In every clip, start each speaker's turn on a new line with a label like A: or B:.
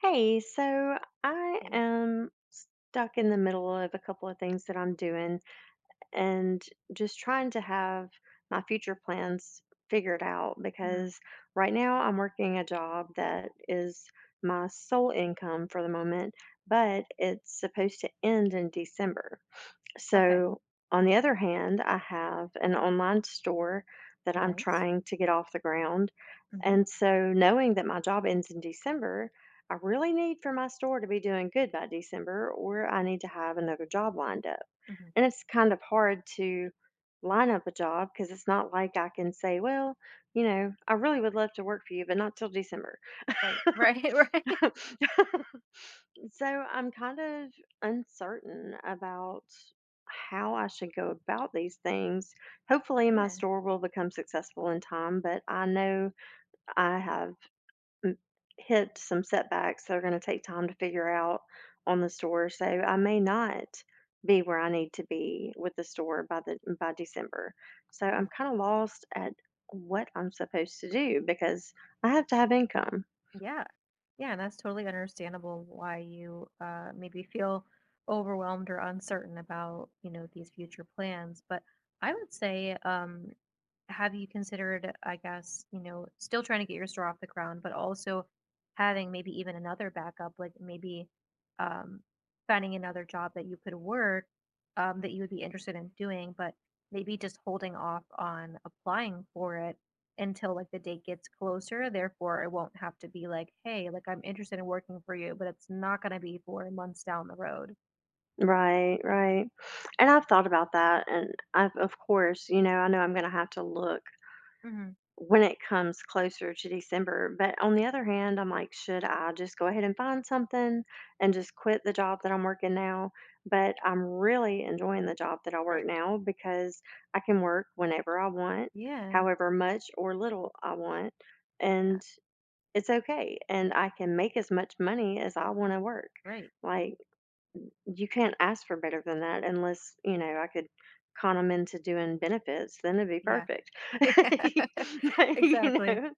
A: Hey, so I
B: Hey.
A: am stuck in the middle of a couple of things that I'm doing and just trying to have my future plans figured out
B: Mhm.
A: because right now I'm working a job that is my sole income for the moment, but it's supposed to end in December.
B: Okay.
A: So, on the other hand, I have an online store that I'm
B: Nice.
A: trying to get off the ground.
B: Mhm,
A: And so, knowing that my job ends in December, I really need for my store to be doing good by December, or I need to have another job lined up.
B: mhm.
A: And it's kind of hard to line up a job because it's not like I can say, well, I really would love to work for you, but not till December.
B: Right, right, right.
A: So I'm kind of uncertain about how I should go about these things. Hopefully, my
B: Yeah.
A: store will become successful in time, but I know I have m- hit some setbacks that are going to take time to figure out on the store. So I may not be where I need to be with the store by the by December. So I'm
B: Mhm.
A: kind of lost at what I'm supposed to do because I have to have income.
B: Yeah. Yeah, and that's totally understandable why you, maybe feel overwhelmed or uncertain about, these future plans, but I would say, have you considered, I guess, still trying to get your store off the ground, but also having maybe even another backup, like maybe um, finding another job that you could work, that you would be interested in doing, but maybe just holding off on applying for it until like the date gets closer. Therefore, it won't have to be like, hey, like I'm interested in working for you, but it's not going to be 4 months down the road.
A: Right, right. And I've thought about that, and I've of course, you know, I know I'm gonna have to look
B: Hmm.
A: when it comes closer to December. But on the other hand, I'm like, should I just go ahead and find something and just quit the job that I'm working now? But I'm really enjoying the job that I
B: Right.
A: work now because I can work whenever I want,
B: Yeah.
A: however much or little I want,
B: Yeah.
A: and it's okay. And I can make as much money as I want to work.
B: Right.
A: Like, you can't ask for better than that unless, you know, I could con them into doing benefits, then it'd be
B: Yeah.
A: perfect.
B: Yeah.
A: You
B: Exactly.
A: know?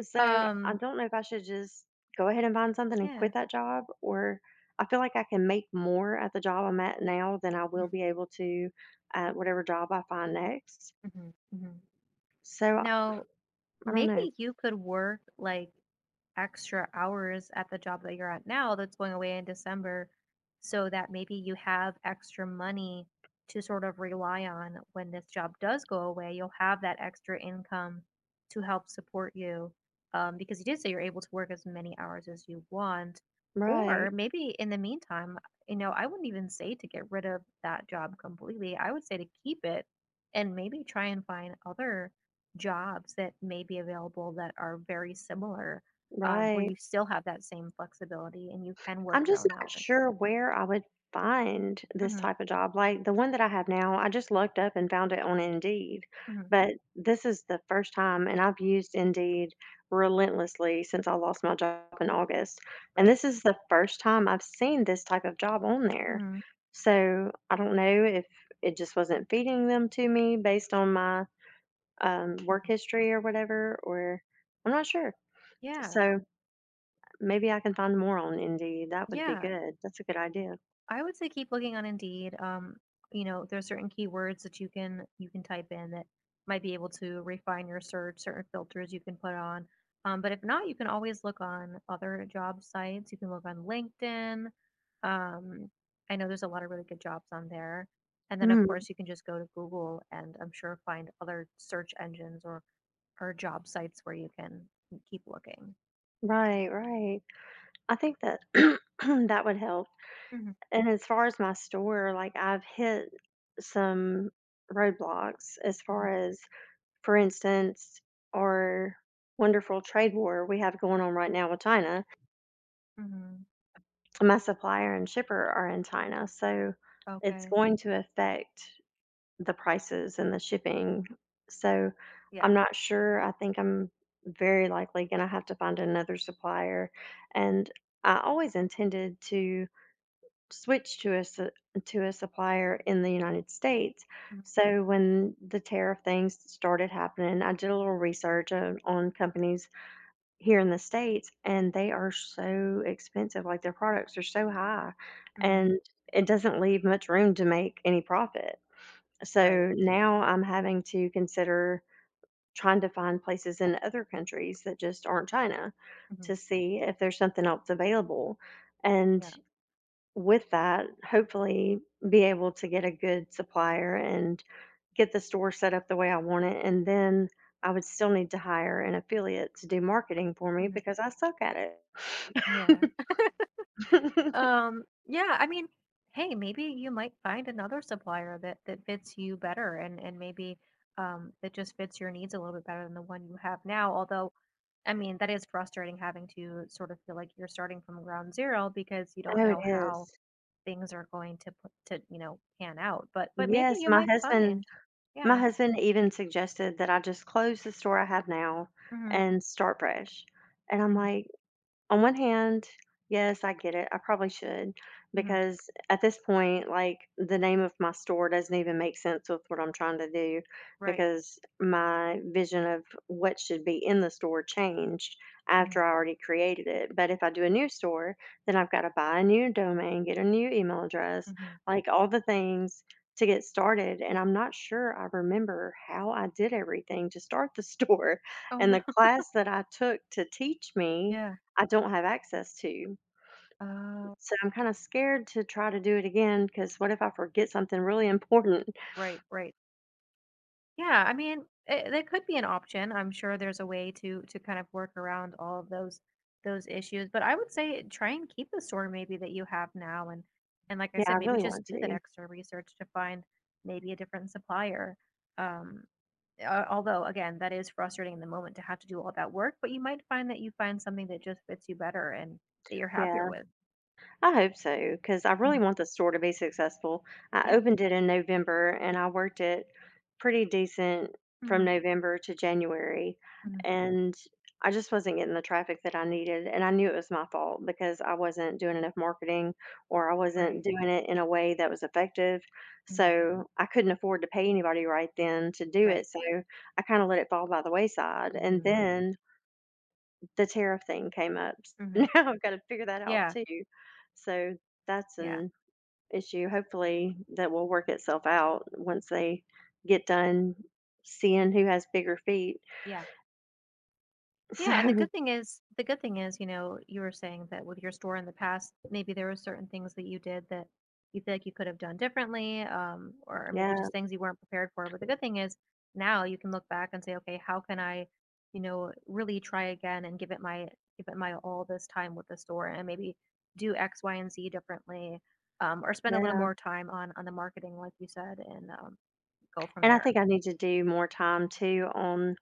A: So, I
B: Um,
A: don't know if I should just go ahead and find something and
B: yeah.
A: quit that job, or I feel like I can make more at the job I'm at now than I will
B: Mhm,
A: be able to at whatever job I find next.
B: mhm, mhm.
A: So, I
B: Now,
A: I don't
B: maybe
A: know.
B: you could work like extra hours at the job that you're at now that's going away in December so that maybe you have extra money to sort of rely on when this job does go away. You'll have that extra income to help support you, because you did say you're able to work as many hours as you want. Or
A: Right.
B: maybe in the meantime, I wouldn't even say to get rid of that job completely. I would say to keep it and maybe try and find other jobs that may be available that are very similar, where
A: Right.
B: you still have that same flexibility and you can work
A: I'm
B: your
A: just
B: own
A: not
B: hours.
A: sure where I would find this
B: Mhm,
A: type of job. Like the one that I have now, I just looked up and found it on Indeed.
B: mhm.
A: But this is the first time, and I've used Indeed relentlessly since I lost my job in August. And
B: Right.
A: this is the first time I've seen this type of job on there.
B: Mhm,
A: So I don't know if it just wasn't feeding them to me based on my work
B: mhm.
A: history or whatever, or I'm not sure.
B: Yeah,
A: So maybe I can find more on Indeed. That would be
B: yeah.
A: good. That's a good idea.
B: I would say keep looking on Indeed. There's certain keywords that you can type in that might be able to refine your search, certain filters you can put on. But if not, you can always look on other job sites. You can look on LinkedIn. Um, I know there's a lot of really good jobs on there. And then of
A: Mm,
B: course you can just go to Google and I'm sure find other search engines or job sites where you can keep looking.
A: right, right. I think that that would help.
B: Hmm.
A: And as far as my store, like I've hit some roadblocks as
B: Hmm.
A: far as, for instance, our wonderful trade war we have going on right now with China.
B: Hmm.
A: My supplier and shipper are in China, so it's
B: Okay.
A: going to affect the prices and the shipping. So
B: Yeah.
A: I'm not sure. I think I'm very likely going to have to find another supplier. And I always intended to switch to to a supplier in the United States.
B: Hmm.
A: So when the tariff things started happening, I did a little research on companies here in the states and they are so expensive, like their products are so high
B: Hmm.
A: and it doesn't leave much room to make any profit.
B: Right.
A: So now I'm having to consider trying to find places in other countries that just aren't China to see if there's something else available. And
B: Yeah.
A: with that, hopefully be able to get a good supplier and get the store set up the way I want it. And then I would still need to hire an affiliate to do marketing for me
B: Mhm.
A: because I suck at
B: Yeah.
A: it.
B: Yeah, I mean, hey, maybe you might find another supplier that fits you better and and maybe that just fits your needs a little bit better than the one you have now. Although, I mean, that is frustrating having to sort of feel like you're starting from ground zero because you don't
A: Oh, it
B: know how
A: is.
B: things are going to put to, pan out. But maybe
A: Yes,
B: you
A: my
B: might
A: husband
B: find.
A: my
B: Yeah.
A: husband even suggested that I just close the store I have now
B: Mhm.
A: and start fresh, and I'm
B: Mhm.
A: like, on one hand, yes, I get it. I probably should
B: Mhm.
A: because at this point, like the name of my store doesn't even make sense with what I'm trying to do
B: Right.
A: because my vision of what should be in the store changed
B: Mhm.
A: after I already created it. But if I do a new store, then I've got to buy a new domain, get a new email address,
B: Mhm.
A: like all the things to get started. And I'm not sure I remember how I did everything to start the store.
B: Oh
A: And
B: no.
A: the class that I took to teach me
B: Yeah.
A: I don't have access to.
B: Uh
A: So I'm kinda scared to try to do it again. Because what if I forget something really important?
B: right, right. Yeah, I mean, that could be an option. I'm sure there's a way to kind of work around all of those issues, but I would say try and keep the store maybe that you have now and like I
A: Yeah, I
B: said, maybe
A: really
B: just
A: want
B: do that
A: to.
B: extra research to find maybe a different supplier. Um Although again, that is frustrating in the moment to have to do all that work, but you might find that you find something that just fits you better and that you're happier
A: Yeah.
B: with.
A: I hope so, because I really
B: Mhm.
A: want the store to be successful. I
B: Yeah.
A: opened it in November and I worked it pretty decent from
B: Hmm.
A: November to January.
B: Hmm.
A: And I just wasn't getting the traffic that I needed. And I knew it was my fault because I wasn't doing enough marketing or I wasn't
B: Right.
A: doing it in a way that was effective.
B: Hmm.
A: So I couldn't afford to pay anybody right then to do
B: Right.
A: it. So I kind of let it fall by the wayside. And
B: Hmm.
A: then the tariff thing came up,
B: Hmm.
A: now I've gotta figure that out
B: Yeah.
A: too. So that's
B: Yeah.
A: an issue, hopefully, that will work itself out once they get done seeing who has bigger feet.
B: Yeah. Yeah, and the good
A: So,
B: thing is the good thing is, you were saying that with your store in the past, maybe there were certain things that you did that you feel like you could have done differently, or maybe
A: yeah,
B: just things you weren't prepared for. But the good thing is now you can look back and say, okay, how can I, really try again and give it my all this time with the store and maybe do X, Y, and Z differently, or spend a little
A: yeah,
B: more time on the marketing, like you said, and go from
A: and I
B: there.
A: think I need to do more time too on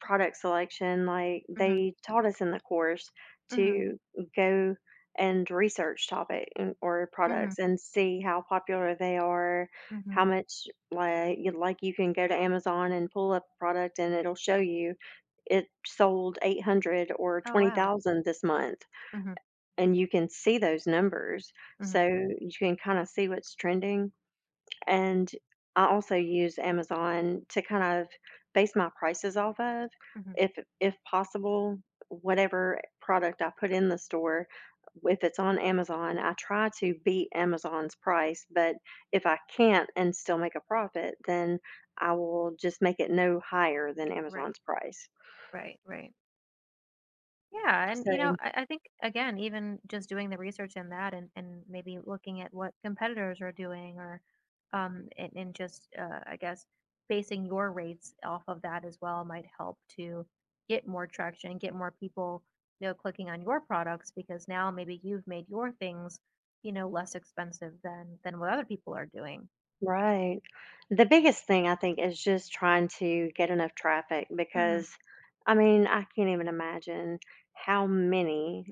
A: product selection, like
B: Mm-hmm.
A: they taught us in the course
B: Mm-hmm.
A: to go and research topic and- or
B: Mm-hmm.
A: products and see how popular they are, how
B: Mm-hmm.
A: much, like you can go to Amazon and pull up a product and it'll show you it sold 800 or
B: Oh wow.
A: 20,000 this month
B: Mm-hmm.
A: and you can see those numbers,
B: Mm-hmm.
A: so you can kind of see what's trending. And I also use Amazon to kind of base my prices off of.
B: Mm-hmm.
A: If possible, whatever product I put in the store, if it's on Amazon, I try to beat Amazon's price, but if I can't and still make a profit, then I will just make it no higher than
B: Right,
A: Amazon's price.
B: right, right. Yeah, and
A: So
B: I think again, even just doing the research in that, and maybe looking at what competitors are doing, and just I guess basing your rates off of that as well might help to get more traction, get more people, clicking on your products because now maybe you've made your things, less expensive than what other people are doing.
A: right. The biggest thing I think is just trying to get enough traffic
B: Hmm.
A: because I mean, I can't even imagine how many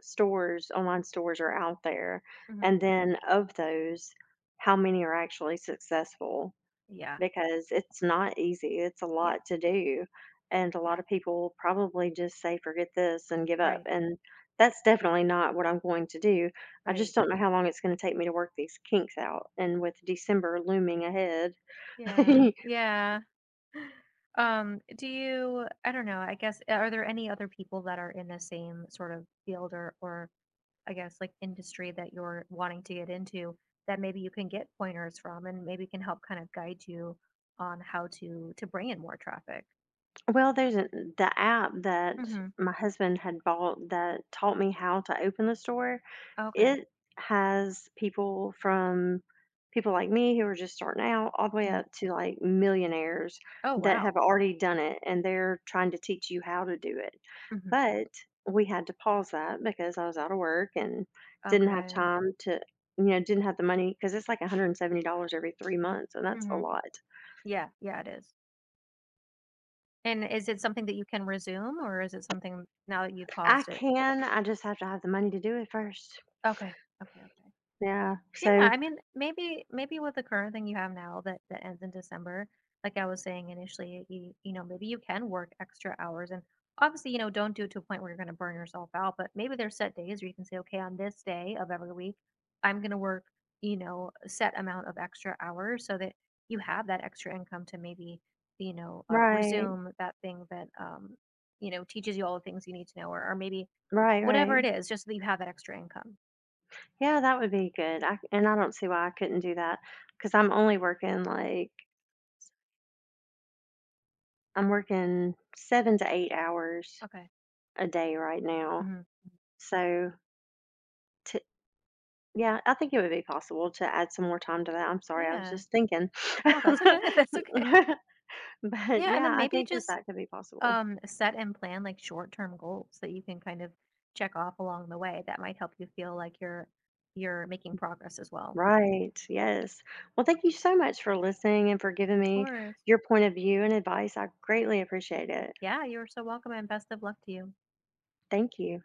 A: online stores are out there.
B: Hmm.
A: And then of those, how many are actually successful?
B: Yeah,
A: Because it's not easy. It's a
B: yeah,
A: lot to do. And a lot
B: yeah.
A: of people probably just say, forget this and give up.
B: Right,
A: And that's definitely not what I'm going to do. I
B: right.
A: just don't know how long it's going to take me to work these kinks out. And with December looming ahead,
B: Yeah, yeah. Do you I don't know, I guess are there any other people that are in the same sort of field or I guess like industry that you're wanting to get into that maybe you can get pointers from and maybe can help kind of guide you on how to bring in more traffic?
A: well, there's an, the app that
B: Mhm.
A: my husband had bought that taught me how to open the store.
B: Okay.
A: It has people from people like me who are just starting out all the way
B: Mm.
A: up to like millionaires
B: Oh,
A: that have
B: wow.
A: already done it and they're trying to teach you how to do it.
B: Mhm.
A: But we had to pause that because I was out of work and didn't have
B: Okay.
A: time to, you know, didn't have the money because it's like $170 every three months and that's a
B: Mhm.
A: lot.
B: Yeah, yeah, it is. And is it something that you can resume or is it something now that you've
A: I
B: paused it?
A: can, I just have to have the money to do it first.
B: Okay. Okay, okay.
A: Yeah.
B: Yeah,
A: So,
B: I mean, maybe with the current thing you have now that ends in December, like I was saying initially, maybe you can work extra hours and obviously, don't do it to a point where you're going to burn yourself out, but maybe there's set days where you can say, okay, on this day of every week, I'm going to work, a set amount of extra hours so that you have that extra income to maybe,
A: right,
B: resume that thing that teaches you all the things you need to know or maybe
A: right,
B: whatever
A: right.
B: it is, just so that you have that extra income.
A: Yeah, that would be good. I, and I don't see why I couldn't do that because I'm only working like I'm working seven to eight hours
B: Okay.
A: a day right now.
B: Hmm.
A: So, to, yeah, I think it would be possible to add some more time to that. I'm sorry, I was
B: Yeah.
A: just thinking.
B: No, that's okay. That's okay.
A: But
B: Yeah, and
A: yeah,
B: then
A: I
B: maybe
A: think that
B: just
A: that could be possible.
B: set and plan like short-term goals that you can kind of check off along the way. That might help you feel like you're making progress as well.
A: Right. Yes. Well, thank you so much for listening and for giving
B: Of
A: me
B: course.
A: your point of view and advice. I greatly appreciate it.
B: Yeah, you're so welcome and best of luck to you.
A: Thank you.